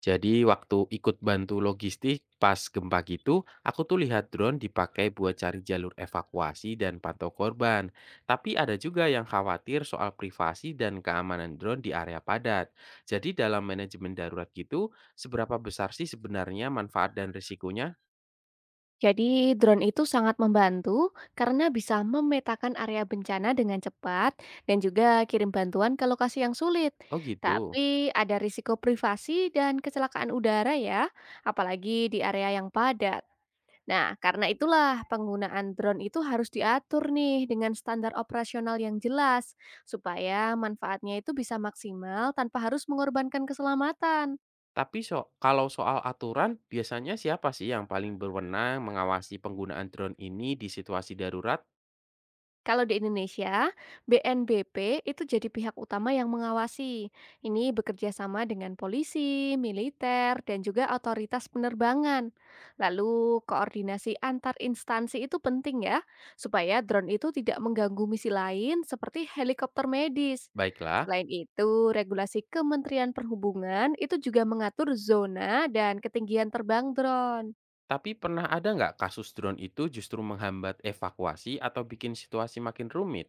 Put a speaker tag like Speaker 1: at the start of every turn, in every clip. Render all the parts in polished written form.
Speaker 1: Jadi waktu ikut bantu logistik pas gempa gitu, aku tuh lihat drone dipakai buat cari jalur evakuasi dan pantau korban. Tapi ada juga yang khawatir soal privasi dan keamanan drone di area padat. Jadi dalam manajemen darurat gitu, seberapa besar sih sebenarnya manfaat dan risikonya?
Speaker 2: Jadi, drone itu sangat membantu karena bisa memetakan area bencana dengan cepat dan juga kirim bantuan ke lokasi yang sulit.
Speaker 1: Oh gitu.
Speaker 2: Tapi ada risiko privasi dan kecelakaan udara ya, apalagi di area yang padat. Nah, karena itulah penggunaan drone itu harus diatur nih dengan standar operasional yang jelas supaya manfaatnya itu bisa maksimal tanpa harus mengorbankan keselamatan.
Speaker 1: Tapi kalau soal aturan, biasanya siapa sih yang paling berwenang mengawasi penggunaan drone ini di situasi darurat?
Speaker 2: Kalau di Indonesia, BNBP itu jadi pihak utama yang mengawasi. Ini bekerja sama dengan polisi, militer, dan juga otoritas penerbangan. Lalu, koordinasi antar instansi itu penting ya, supaya drone itu tidak mengganggu misi lain seperti helikopter medis.
Speaker 1: Baiklah.
Speaker 2: Selain itu, regulasi Kementerian Perhubungan itu juga mengatur zona dan ketinggian terbang drone.
Speaker 1: Tapi pernah ada nggak kasus drone itu justru menghambat evakuasi atau bikin situasi makin rumit?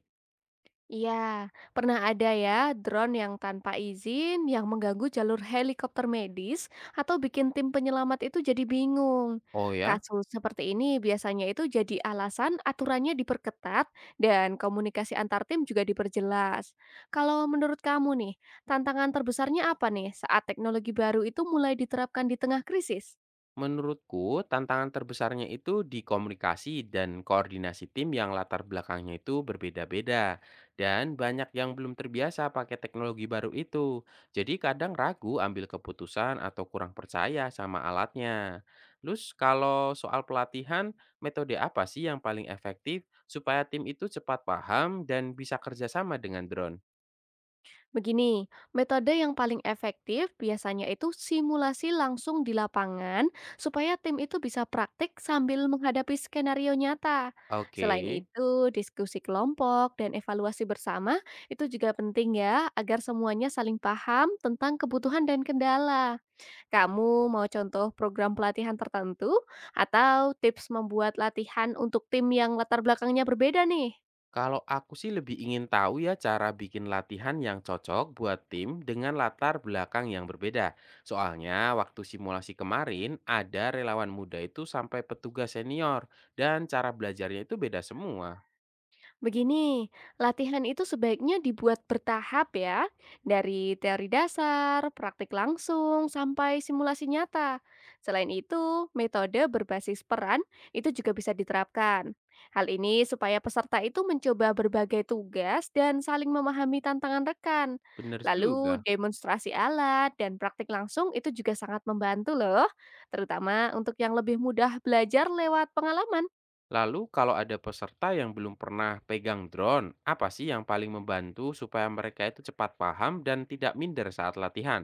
Speaker 2: Iya, pernah ada ya drone yang tanpa izin yang mengganggu jalur helikopter medis atau bikin tim penyelamat itu jadi bingung.
Speaker 1: Oh ya,
Speaker 2: Kasus seperti ini biasanya itu jadi alasan aturannya diperketat dan komunikasi antar tim juga diperjelas. Kalau menurut kamu nih, tantangan terbesarnya apa nih saat teknologi baru itu mulai diterapkan di tengah krisis?
Speaker 1: menurutku tantangan terbesarnya itu di komunikasi dan koordinasi tim yang latar belakangnya itu berbeda-beda. Dan banyak yang belum terbiasa pakai teknologi baru itu. Jadi kadang ragu ambil keputusan atau kurang percaya sama alatnya. Terus kalau soal pelatihan, metode apa sih yang paling efektif supaya tim itu cepat paham dan bisa kerjasama dengan drone?
Speaker 2: Begini, metode yang paling efektif biasanya itu simulasi langsung di lapangan supaya tim itu bisa praktik sambil menghadapi skenario nyata.
Speaker 1: Oke,
Speaker 2: Selain itu, diskusi kelompok dan evaluasi bersama itu juga penting ya agar semuanya saling paham tentang kebutuhan dan kendala. Kamu mau contoh program pelatihan tertentu atau tips membuat latihan untuk tim yang latar belakangnya berbeda nih?
Speaker 1: kalau aku sih lebih ingin tahu ya cara bikin latihan yang cocok buat tim dengan latar belakang yang berbeda. Soalnya waktu simulasi kemarin ada relawan muda itu sampai petugas senior dan cara belajarnya itu beda semua.
Speaker 2: Begini, latihan itu sebaiknya dibuat bertahap ya, dari teori dasar, praktik langsung, sampai simulasi nyata. Selain itu, metode berbasis peran itu juga bisa diterapkan. Hal ini supaya peserta itu mencoba berbagai tugas dan saling memahami tantangan rekan.
Speaker 1: Bener
Speaker 2: Lalu,
Speaker 1: juga.
Speaker 2: demonstrasi alat dan praktik langsung itu juga sangat membantu loh, terutama untuk yang lebih mudah belajar lewat pengalaman.
Speaker 1: Lalu kalau ada peserta yang belum pernah pegang drone, apa sih yang paling membantu supaya mereka itu cepat paham dan tidak minder saat latihan?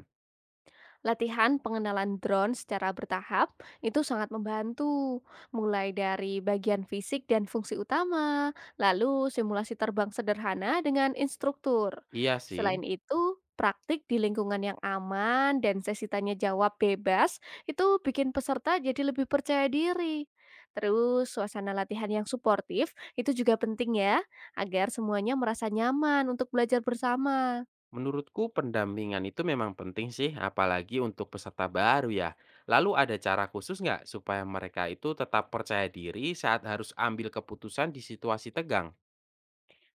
Speaker 2: Latihan pengenalan drone secara bertahap itu sangat membantu, mulai dari bagian fisik dan fungsi utama, lalu simulasi terbang sederhana dengan instruktur.
Speaker 1: Iya
Speaker 2: Selain
Speaker 1: sih.
Speaker 2: itu, praktik di lingkungan yang aman dan sesi tanya jawab bebas itu bikin peserta jadi lebih percaya diri. Terus, suasana latihan yang suportif itu juga penting ya, agar semuanya merasa nyaman untuk belajar bersama.
Speaker 1: Menurutku pendampingan itu memang penting sih, apalagi untuk peserta baru ya. Lalu ada cara khusus nggak supaya mereka itu tetap percaya diri saat harus ambil keputusan di situasi tegang?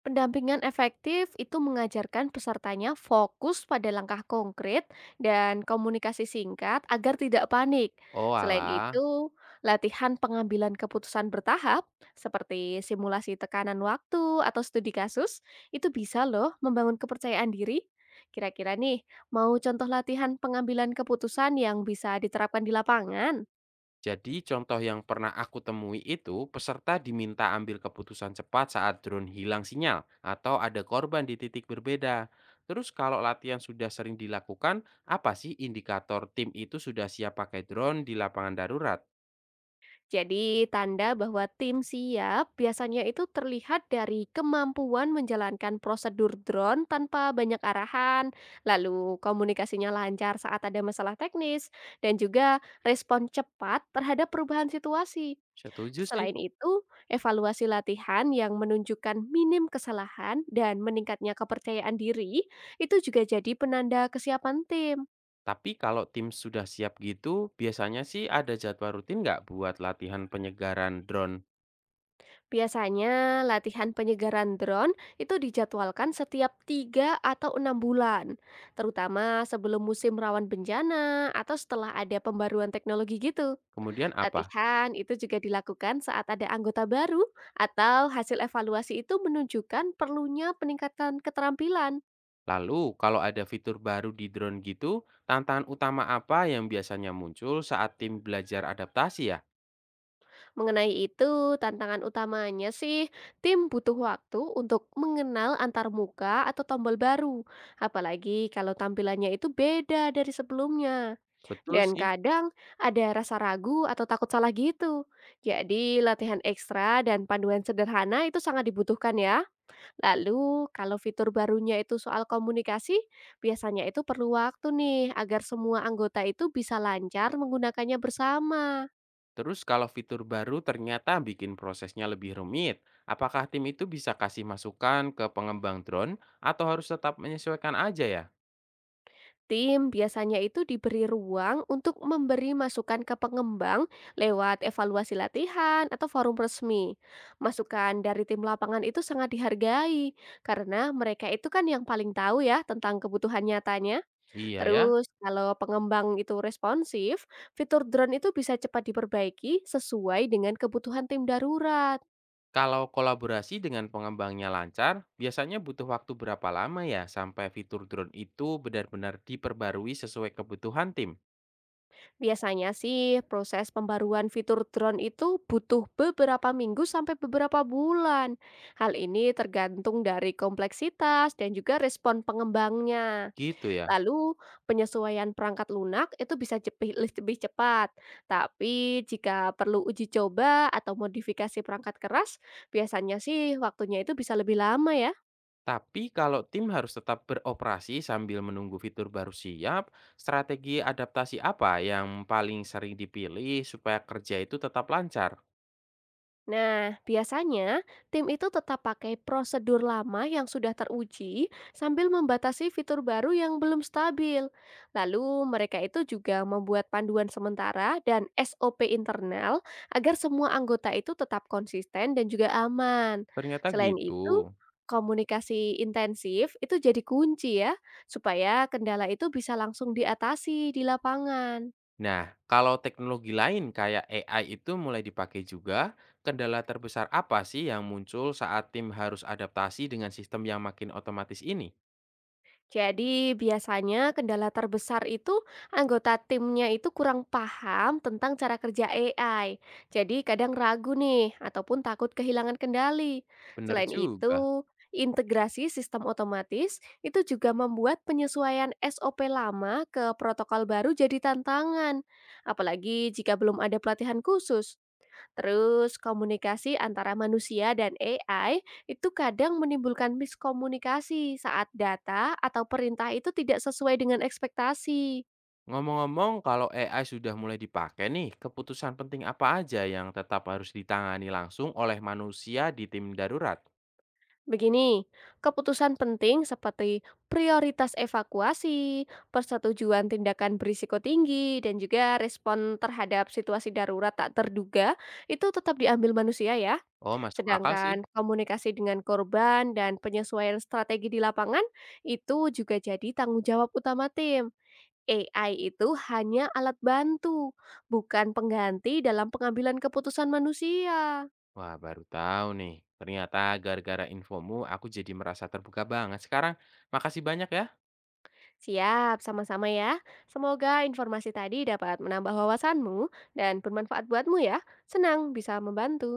Speaker 2: Pendampingan efektif itu mengajarkan pesertanya fokus pada langkah konkret dan komunikasi singkat agar tidak panik.
Speaker 1: Oh
Speaker 2: Selain
Speaker 1: alah,
Speaker 2: itu, latihan pengambilan keputusan bertahap seperti simulasi tekanan waktu atau studi kasus itu bisa loh membangun kepercayaan diri. Kira-kira nih, mau contoh latihan pengambilan keputusan yang bisa diterapkan di lapangan?
Speaker 1: jadi contoh yang pernah aku temui itu peserta diminta ambil keputusan cepat saat drone hilang sinyal atau ada korban di titik berbeda. Terus kalau latihan sudah sering dilakukan, apa sih indikator tim itu sudah siap pakai drone di lapangan darurat?
Speaker 2: Jadi, tanda bahwa tim siap biasanya itu terlihat dari kemampuan menjalankan prosedur drone tanpa banyak arahan, lalu komunikasinya lancar saat ada masalah teknis, dan juga respon cepat terhadap perubahan situasi.
Speaker 1: Setuju sih.
Speaker 2: Selain itu, evaluasi latihan yang menunjukkan minim kesalahan dan meningkatnya kepercayaan diri itu juga jadi penanda kesiapan tim.
Speaker 1: Tapi kalau tim sudah siap gitu, biasanya sih ada jadwal rutin nggak buat latihan penyegaran drone?
Speaker 2: Biasanya latihan penyegaran drone itu dijadwalkan setiap 3 atau 6 bulan, terutama sebelum musim rawan bencana atau setelah ada pembaruan teknologi gitu.
Speaker 1: Kemudian apa?
Speaker 2: Latihan itu juga dilakukan saat ada anggota baru atau hasil evaluasi itu menunjukkan perlunya peningkatan keterampilan.
Speaker 1: Lalu kalau ada fitur baru di drone gitu, tantangan utama apa yang biasanya muncul saat tim belajar adaptasi ya?
Speaker 2: Mengenai itu, tantangan utamanya sih, tim butuh waktu untuk mengenal antar muka atau tombol baru. Apalagi kalau tampilannya itu beda dari sebelumnya.
Speaker 1: Betul
Speaker 2: Dan
Speaker 1: sih.
Speaker 2: kadang ada rasa ragu atau takut salah gitu. Jadi latihan ekstra dan panduan sederhana itu sangat dibutuhkan ya. Lalu kalau fitur barunya itu soal komunikasi, biasanya itu perlu waktu nih agar semua anggota itu bisa lancar menggunakannya bersama.
Speaker 1: Terus kalau fitur baru ternyata bikin prosesnya lebih rumit, apakah tim itu bisa kasih masukan ke pengembang drone atau harus tetap menyesuaikan aja ya?
Speaker 2: Tim biasanya itu diberi ruang untuk memberi masukan ke pengembang lewat evaluasi latihan atau forum resmi. Masukan dari tim lapangan itu sangat dihargai karena mereka itu kan yang paling tahu ya tentang kebutuhan nyatanya.
Speaker 1: Iya ya.
Speaker 2: Terus kalau pengembang itu responsif, fitur drone itu bisa cepat diperbaiki sesuai dengan kebutuhan tim darurat.
Speaker 1: Kalau kolaborasi dengan pengembangnya lancar, biasanya butuh waktu berapa lama ya sampai fitur drone itu benar-benar diperbarui sesuai kebutuhan tim?
Speaker 2: Biasanya sih proses pembaruan fitur drone itu butuh beberapa minggu sampai beberapa bulan. Hal ini tergantung dari kompleksitas dan juga respon pengembangnya.
Speaker 1: Gitu ya.
Speaker 2: Lalu penyesuaian perangkat lunak itu bisa lebih cepat. Tapi jika perlu uji coba atau modifikasi perangkat keras, biasanya sih waktunya itu bisa lebih lama ya.
Speaker 1: Tapi kalau tim harus tetap beroperasi sambil menunggu fitur baru siap, strategi adaptasi apa yang paling sering dipilih supaya kerja itu tetap lancar?
Speaker 2: Nah, biasanya tim itu tetap pakai prosedur lama yang sudah teruji sambil membatasi fitur baru yang belum stabil. Lalu, mereka itu juga membuat panduan sementara dan SOP internal agar semua anggota itu tetap konsisten dan juga aman.
Speaker 1: Ternyata
Speaker 2: Selain
Speaker 1: gitu.
Speaker 2: itu, komunikasi intensif itu jadi kunci ya, supaya kendala itu bisa langsung diatasi di lapangan.
Speaker 1: Nah, kalau teknologi lain kayak AI itu mulai dipakai juga, kendala terbesar apa sih yang muncul saat tim harus adaptasi dengan sistem yang makin otomatis ini?
Speaker 2: Jadi biasanya kendala terbesar itu anggota timnya itu kurang paham tentang cara kerja AI. Jadi kadang ragu nih ataupun takut kehilangan kendali.
Speaker 1: Bener
Speaker 2: Selain
Speaker 1: juga.
Speaker 2: itu, integrasi sistem otomatis itu juga membuat penyesuaian SOP lama ke protokol baru jadi tantangan. Apalagi jika belum ada pelatihan khusus. Terus komunikasi antara manusia dan AI itu kadang menimbulkan miskomunikasi saat data atau perintah itu tidak sesuai dengan ekspektasi.
Speaker 1: Ngomong-ngomong, kalau AI sudah mulai dipakai nih, keputusan penting apa aja yang tetap harus ditangani langsung oleh manusia di tim darurat?
Speaker 2: Begini, keputusan penting seperti prioritas evakuasi, persetujuan tindakan berisiko tinggi, dan juga respon terhadap situasi darurat tak terduga itu tetap diambil manusia ya.
Speaker 1: Oh, masuk akal sih.
Speaker 2: Sedangkan komunikasi dengan korban dan penyesuaian strategi di lapangan itu juga jadi tanggung jawab utama tim. AI itu hanya alat bantu, bukan pengganti dalam pengambilan keputusan manusia.
Speaker 1: Wah, baru tahu nih. Ternyata gara-gara infomu aku jadi merasa terbuka banget sekarang. Makasih banyak ya.
Speaker 2: Siap, sama-sama ya. Semoga informasi tadi dapat menambah wawasanmu dan bermanfaat buatmu ya. Senang bisa membantu.